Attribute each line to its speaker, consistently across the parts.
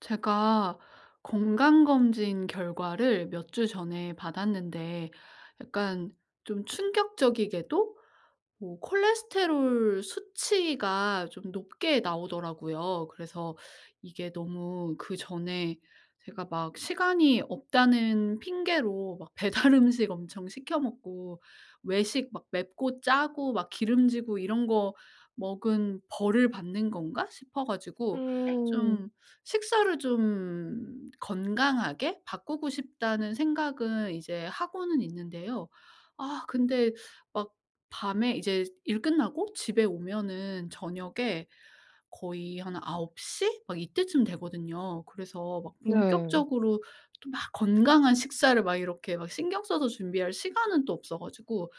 Speaker 1: 제가 건강검진 결과를 몇 주 전에 받았는데 약간 좀 충격적이게도 뭐 콜레스테롤 수치가 좀 높게 나오더라고요. 그래서 이게 너무 그전에 제가 막 시간이 없다는 핑계로 막 배달 음식 엄청 시켜 먹고 외식 막 맵고 짜고 막 기름지고 이런 거 먹은 '벌을 받는 건가?' 싶어 가지고
Speaker 2: 음.
Speaker 1: 좀 식사를 좀 건강하게 바꾸고 싶다는 생각은 이제 하고는 있는데요. 아 근데 막 밤에 이제 일 끝나고 집에 오면은 저녁에 거의 한9시 막 이때쯤 되거든요. 그래서 막
Speaker 2: 네.
Speaker 1: 본격적으로 또 막 건강한 식사를 막 이렇게 막 신경 써서 준비할 시간은 또 없어 가지고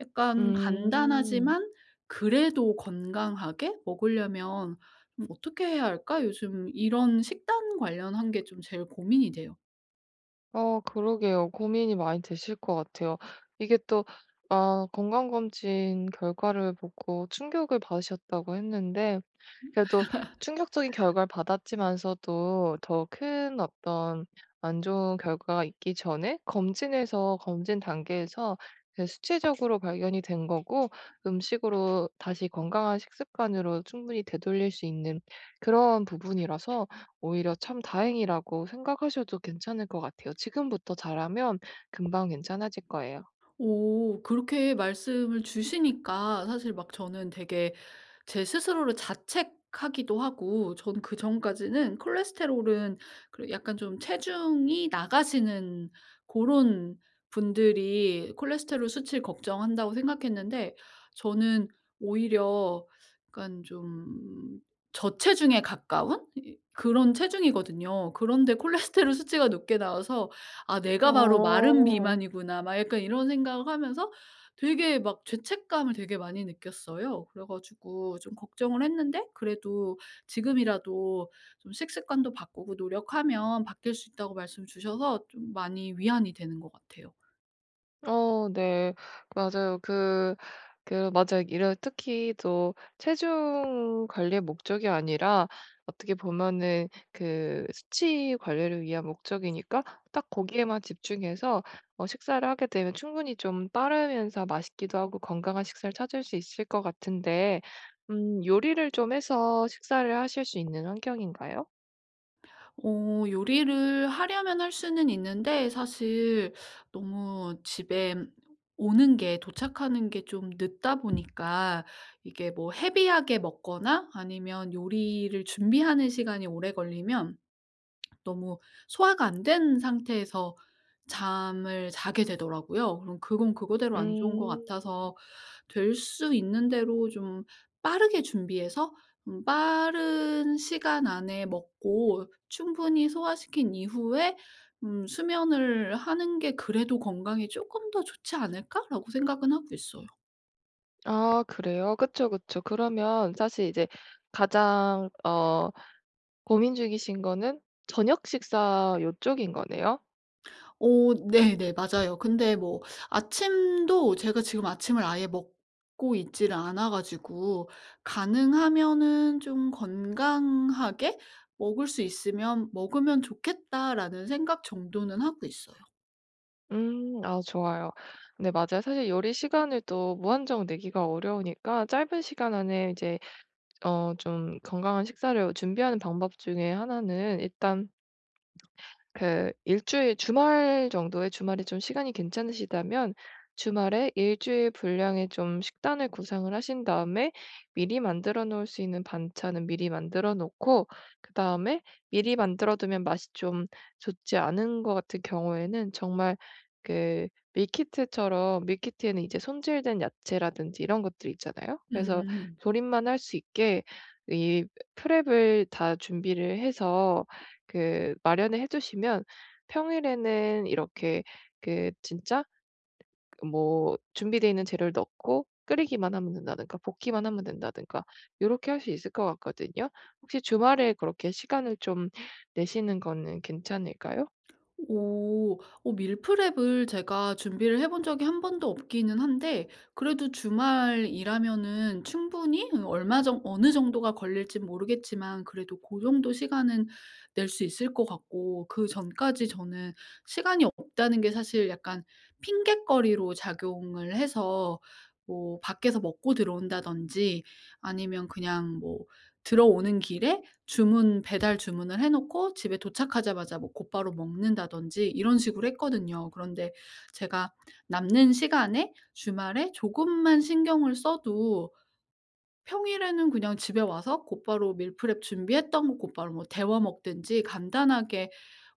Speaker 1: 약간
Speaker 2: 음.
Speaker 1: 간단하지만 그래도 건강하게 먹으려면 좀 어떻게 해야 할까? 요즘 이런 식단 관련한 게 좀 제일 고민이 돼요.
Speaker 2: 아 그러게요. 고민이 많이 되실 것 같아요. 이게 또 아 건강검진 결과를 보고 충격을 받으셨다고 했는데, 그래도 충격적인 결과를 받았지만서도 더 큰 어떤 안 좋은 결과가 있기 전에 검진 단계에서 이제 수치적으로 발견이 된 거고, 음식으로 다시 건강한 식습관으로 충분히 되돌릴 수 있는 그런 부분이라서 오히려 참 다행이라고 생각하셔도 괜찮을 것 같아요. 지금부터 잘하면 금방 괜찮아질 거예요.
Speaker 1: 오, 그렇게 말씀을 주시니까 사실 막 저는 되게 제 스스로를 자책하기도 하고, 전 그전까지는 콜레스테롤은 그 약간 좀 체중이 나가시는 그런 분들이 콜레스테롤 수치를 걱정한다고 생각했는데, 저는 오히려 약간 좀 저체중에 가까운 그런 체중이거든요. 그런데 콜레스테롤 수치가 높게 나와서 '아 내가 바로 마른
Speaker 2: 어.
Speaker 1: 비만이구나.' 막 약간 이런 생각을 하면서 되게 막 죄책감을 되게 많이 느꼈어요. 그래 가지고 좀 걱정을 했는데, 그래도 지금이라도 좀 식습관도 바꾸고 노력하면 바뀔 수 있다고 말씀 주셔서 좀 많이 위안이 되는 것 같아요.
Speaker 2: 어 네. 맞아요. 맞아요. 이런 특히 또 체중 관리의 목적이 아니라 어떻게 보면은 그 수치 관리를 위한 목적이니까 딱 거기에만 집중해서 식사를 하게 되면 충분히 좀 빠르면서 맛있기도 하고 건강한 식사를 찾을 수 있을 것 같은데, 요리를 좀 해서 식사를 하실 수 있는 환경인가요?
Speaker 1: 어, 요리를 하려면 할 수는 있는데 사실 너무 집에 오는 게, 도착하는 게 좀 늦다 보니까 이게 뭐 헤비하게 먹거나 아니면 요리를 준비하는 시간이 오래 걸리면 너무 소화가 안 된 상태에서 잠을 자게 되더라고요. 그럼 그건 그거대로 안 좋은 것
Speaker 2: 음.
Speaker 1: 같아서, 될 수 있는 대로 좀 빠르게 준비해서 좀 빠른 시간 안에 먹고 충분히 소화시킨 이후에 '수면을 하는 게 그래도 건강에 조금 더 좋지 않을까?'라고 생각은 하고 있어요.
Speaker 2: 아 그래요? 그쵸, 그쵸. 그러면 사실 이제 가장 고민 중이신 거는 저녁 식사 요쪽인 거네요?
Speaker 1: 어, 네네. 맞아요. 근데 뭐 아침도 제가 지금 아침을 아예 먹고 있지를 않아 가지고, 가능하면은 좀 건강하게 '먹을 수 있으면 먹으면 좋겠다.'라는 생각 정도는 하고 있어요.
Speaker 2: 음. 아 좋아요. 네, 맞아요. 사실 요리 시간을 또 무한정 내기가 어려우니까 짧은 시간 안에 이제 좀 건강한 식사를 준비하는 방법 중에 하나는, 일단 그 일주일 주말 정도에, 주말에 좀 시간이 괜찮으시다면 주말에 일주일 분량의 좀 식단을 구상을 하신 다음에 미리 만들어 놓을 수 있는 반찬은 미리 만들어 놓고, 그다음에 미리 만들어 두면 맛이 좀 좋지 않은 것 같은 경우에는 정말 그 밀키트처럼, 밀키트에는 이제 손질된 야채라든지 이런 것들 있잖아요. 그래서
Speaker 1: 음.
Speaker 2: 조림만 할 수 있게 이 프랩을 다 준비를 해서 그 마련을 해 주시면, 평일에는 이렇게 그 진짜 뭐 준비되어 있는 재료를 넣고 끓이기만 하면 된다든가 볶기만 하면 된다든가, 요렇게 할 수 있을 것 같거든요. 혹시 주말에 그렇게 시간을 좀 내시는 거는 괜찮을까요?
Speaker 1: 오. 어, 밀프렙을 제가 준비를 해본 적이 한 번도 없기는 한데, 그래도 주말 일하면은 충분히 얼마 정 어느 정도가 걸릴진 모르겠지만 그래도 그 정도 시간은 낼 수 있을 것 같고, 그전까지 저는 시간이 없다는 게 사실 약간 핑곗거리로 작용을 해서 뭐 밖에서 먹고 들어온다든지, 아니면 그냥 뭐 들어오는 길에 주문 배달 주문을 해 놓고 집에 도착하자마자 뭐 곧바로 먹는다든지 이런 식으로 했거든요. 그런데 제가 남는 시간에 주말에 조금만 신경을 써도 평일에는 그냥 집에 와서 곧바로 밀프렙 준비했던 거 곧바로 뭐 데워 먹든지 간단하게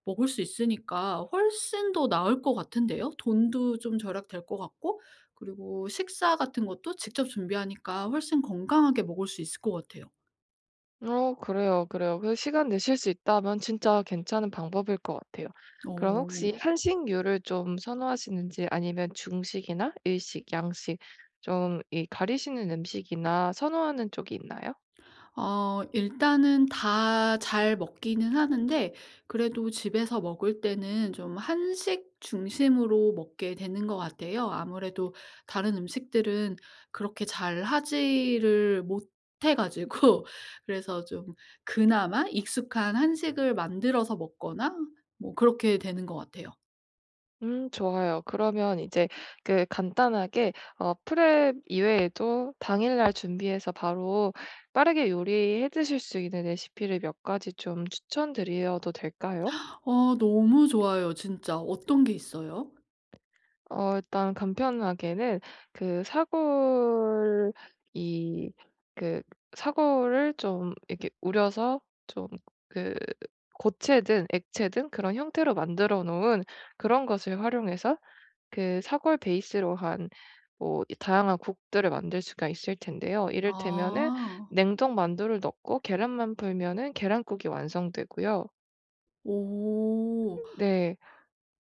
Speaker 1: 먹을 수 있으니까 훨씬 더 나을 것 같은데요. 돈도 좀 절약될 것 같고, 그리고 식사 같은 것도 직접 준비하니까 훨씬 건강하게 먹을 수 있을 것 같아요.
Speaker 2: 어 그래요, 그래요. 그 시간 내실 수 있다면 진짜 괜찮은 방법일 것 같아요. 그럼 혹시
Speaker 1: 어.
Speaker 2: 한식류를 좀 선호하시는지, 아니면 중식이나 일식, 양식, 좀 이 가리시는 음식이나 선호하는 쪽이 있나요?
Speaker 1: 어, 일단은 다 잘 먹기는 하는데 그래도 집에서 먹을 때는 좀 한식 중심으로 먹게 되는 것 같아요. 아무래도 다른 음식들은 그렇게 잘 하지를 못해 가지고 그래서 좀 그나마 익숙한 한식을 만들어서 먹거나 뭐 그렇게 되는 것 같아요.
Speaker 2: 좋아요. 그러면 이제 그 간단하게, 프렙 이외에도 당일날 준비해서 바로 빠르게 요리해 드실 수 있는 레시피를 몇 가지 좀 추천드려도 될까요?
Speaker 1: 어, 너무 좋아요, 진짜. 어떤 게 있어요?
Speaker 2: 일단 간편하게는 그 사골, 이 그 사골을 좀 이렇게 우려서 좀 그 고체든 액체든 그런 형태로 만들어 놓은 그런 것을 활용해서 그 사골 베이스로 한 뭐 이 다양한 국들을 만들 수가 있을 텐데요. 이를테면은
Speaker 1: 아.
Speaker 2: 냉동 만두를 넣고 계란만 풀면은 계란국이 완성되고요.
Speaker 1: 오.
Speaker 2: 네.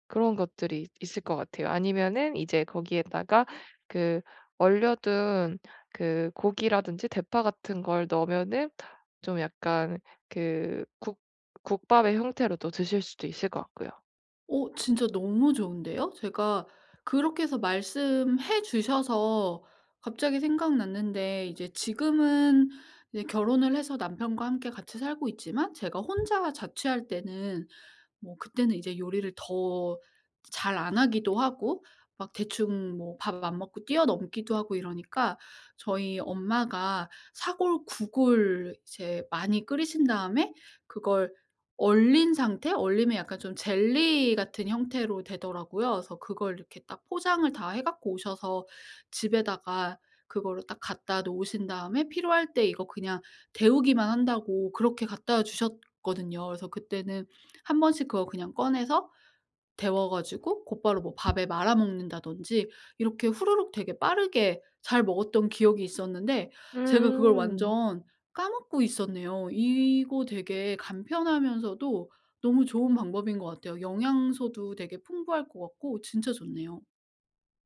Speaker 2: 그런 것들이 있을 것 같아요. 아니면은 이제 거기에다가 그 얼려둔 그 고기라든지 대파 같은 걸 넣으면은 좀 약간 그 국 국밥의 형태로 또 드실 수도 있을 것 같고요.
Speaker 1: 어, 진짜 너무 좋은데요? 제가, 그렇게 해서 말씀해 주셔서 갑자기 생각났는데, 이제 지금은 이제 결혼을 해서 남편과 함께 같이 살고 있지만 제가 혼자 자취할 때는, 뭐 그때는 이제 요리를 더 잘 안 하기도 하고 막 대충 뭐 밥 안 먹고 뛰어넘기도 하고 이러니까 저희 엄마가 사골국을 이제 많이 끓이신 다음에 그걸 얼린 상태 얼리면 약간 좀 젤리 같은 형태로 되더라고요. 그래서 그걸 이렇게 딱 포장을 다 해 갖고 오셔서 집에다가 그거를 딱 갖다 놓으신 다음에 필요할 때 이거 그냥 데우기만 한다고 그렇게 갖다 주셨거든요. 그래서 그때는 한 번씩 그거 그냥 꺼내서 데워 가지고 곧바로 뭐 밥에 말아 먹는다든지 이렇게 후루룩 되게 빠르게 잘 먹었던 기억이 있었는데, 제가 그걸
Speaker 2: 음.
Speaker 1: 완전 까먹고 있었네요. 이거 되게 간편하면서도 너무 좋은 방법인 것 같아요. 영양소도 되게 풍부할 것 같고 진짜 좋네요.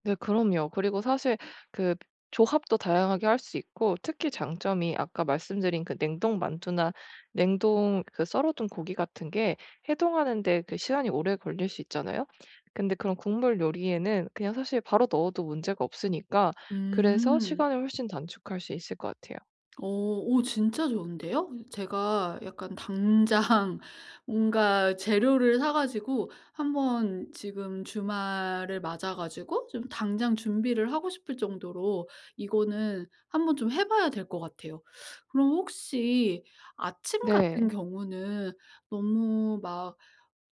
Speaker 2: 네 그럼요. 그리고 사실 그 조합도 다양하게 할 수 있고, 특히 장점이 아까 말씀드린 그 냉동 만두나 냉동 그 썰어 둔 고기 같은 게 해동하는 데 그 시간이 오래 걸릴 수 있잖아요. 근데 그런 국물 요리에는 그냥 사실 바로 넣어도 문제가 없으니까, 그래서
Speaker 1: 음.
Speaker 2: 시간을 훨씬 단축할 수 있을 것 같아요.
Speaker 1: 어. 오, 진짜 좋은데요? 제가 약간 당장 뭔가 재료를 사 가지고 한번 지금 주말을 맞아 가지고 좀 당장 준비를 하고 싶을 정도로, 이거는 한번 좀 해 봐야 될 것 같아요. 그럼 혹시 아침 같은
Speaker 2: 네.
Speaker 1: 경우는 너무 막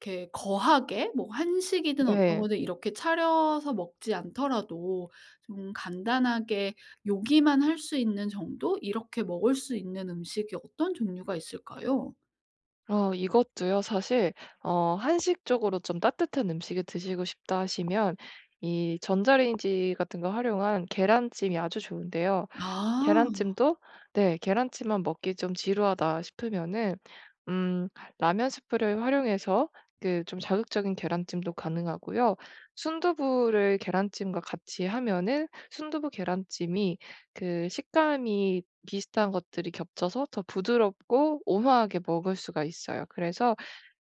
Speaker 1: 이렇게 거하게 뭐 한식이든 어떤
Speaker 2: 네.
Speaker 1: 거든 이렇게 차려서 먹지 않더라도 좀 간단하게 요기만 할 수 있는 정도, 이렇게 먹을 수 있는 음식이 어떤 종류가 있을까요?
Speaker 2: 이것도요. 사실 한식적으로 좀 따뜻한 음식을 드시고 싶다 하시면 이 전자레인지 같은 거 활용한 계란찜이 아주 좋은데요.
Speaker 1: 아.
Speaker 2: 계란찜도, 네, 계란찜만 먹기 좀 지루하다 싶으면은 음 라면 스프를 활용해서 그 좀 자극적인 계란찜도 가능하고요. 순두부를 계란찜과 같이 하면은 순두부 계란찜이 그 식감이 비슷한 것들이 겹쳐서 더 부드럽고 오묘하게 먹을 수가 있어요. 그래서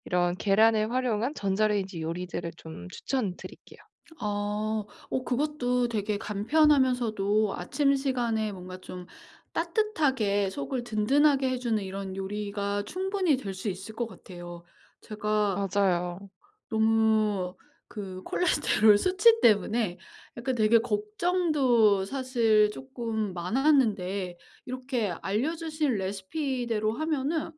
Speaker 2: 이런 계란을 활용한 전자레인지 요리들을 좀 추천드릴게요.
Speaker 1: 어, 어, 그것도 되게 간편하면서도 아침 시간에 뭔가 좀 따뜻하게 속을 든든하게 해 주는 이런 요리가 충분히 될 수 있을 것 같아요. 제가
Speaker 2: 맞아요.
Speaker 1: 너무 그 콜레스테롤 수치 때문에 약간 되게 걱정도 사실 쪼끔 많았는데, 이렇게 알려주신 레시피대로 하면은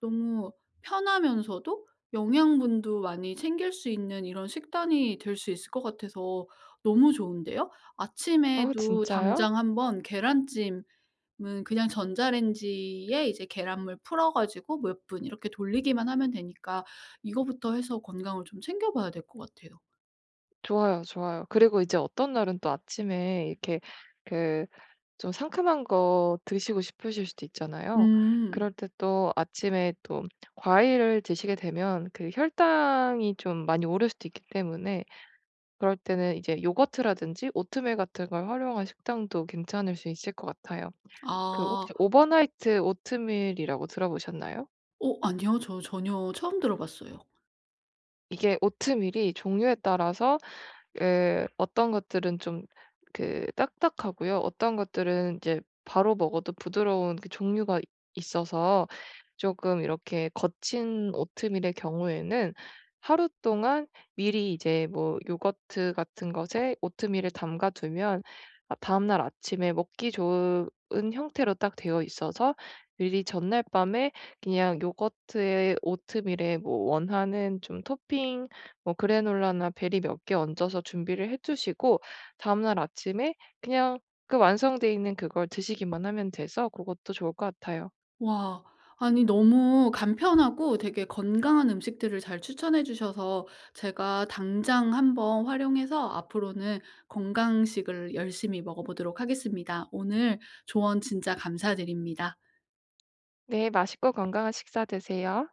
Speaker 1: 너무 편하면서도 영양분도 많이 챙길 수 있는 이런 식단이 될 수 있을 것 같아서 너무 좋은데요.
Speaker 2: 아
Speaker 1: 아침에도
Speaker 2: 진짜요?
Speaker 1: 당장 한번 계란찜 은 그냥 전자레인지에 이제 계란물 풀어 가지고 몇 분 이렇게 돌리기만 하면 되니까 이거부터 해서 건강을 좀 챙겨 봐야 될 것 같아요.
Speaker 2: 좋아요, 좋아요. 그리고 이제 어떤 날은 또 아침에 이렇게 그 좀 상큼한 거 드시고 싶으실 수도 있잖아요.
Speaker 1: 음.
Speaker 2: 그럴 때 또 아침에 또 과일을 드시게 되면 그 혈당이 좀 많이 오를 수도 있기 때문에 그럴 때는 이제 요거트라든지 오트밀 같은 걸 활용한 식당도 괜찮을 수 있을 것 같아요. 그
Speaker 1: 아.
Speaker 2: 혹시 오버나이트 오트밀이라고 들어보셨나요?
Speaker 1: 어, 아니요. 저 전혀 처음 들어 봤어요.
Speaker 2: 이게 오트밀이 종류에 따라서 그 어떤 것들은 좀 그 딱딱하고요. 어떤 것들은 이제 바로 먹어도 부드러운 그 종류가 있어서 조금 이렇게 거친 오트밀의 경우에는 하루 동안 미리 이제 뭐 요거트 같은 것에 오트밀을 담가 두면 아 다음날 아침에 먹기 좋은 형태로 딱 되어 있어서 미리 전날 밤에 그냥 요거트에 오트밀에 뭐 원하는 좀 토핑, 뭐 그래놀라나 베리 몇 개 얹어서 준비를 해 두시고 다음 날 아침에 그냥 그 완성돼 있는 그걸 드시기만 하면 돼서 그것도 좋을 것 같아요.
Speaker 1: 와. 아니 너무 간편하고 되게 건강한 음식들을 잘 추천해 주셔서 제가 당장 한번 활용해서 앞으로는 건강식을 열심히 먹어 보도록 하겠습니다. 오늘 조언 진짜 감사드립니다.
Speaker 2: 네, 맛있고 건강한 식사 되세요.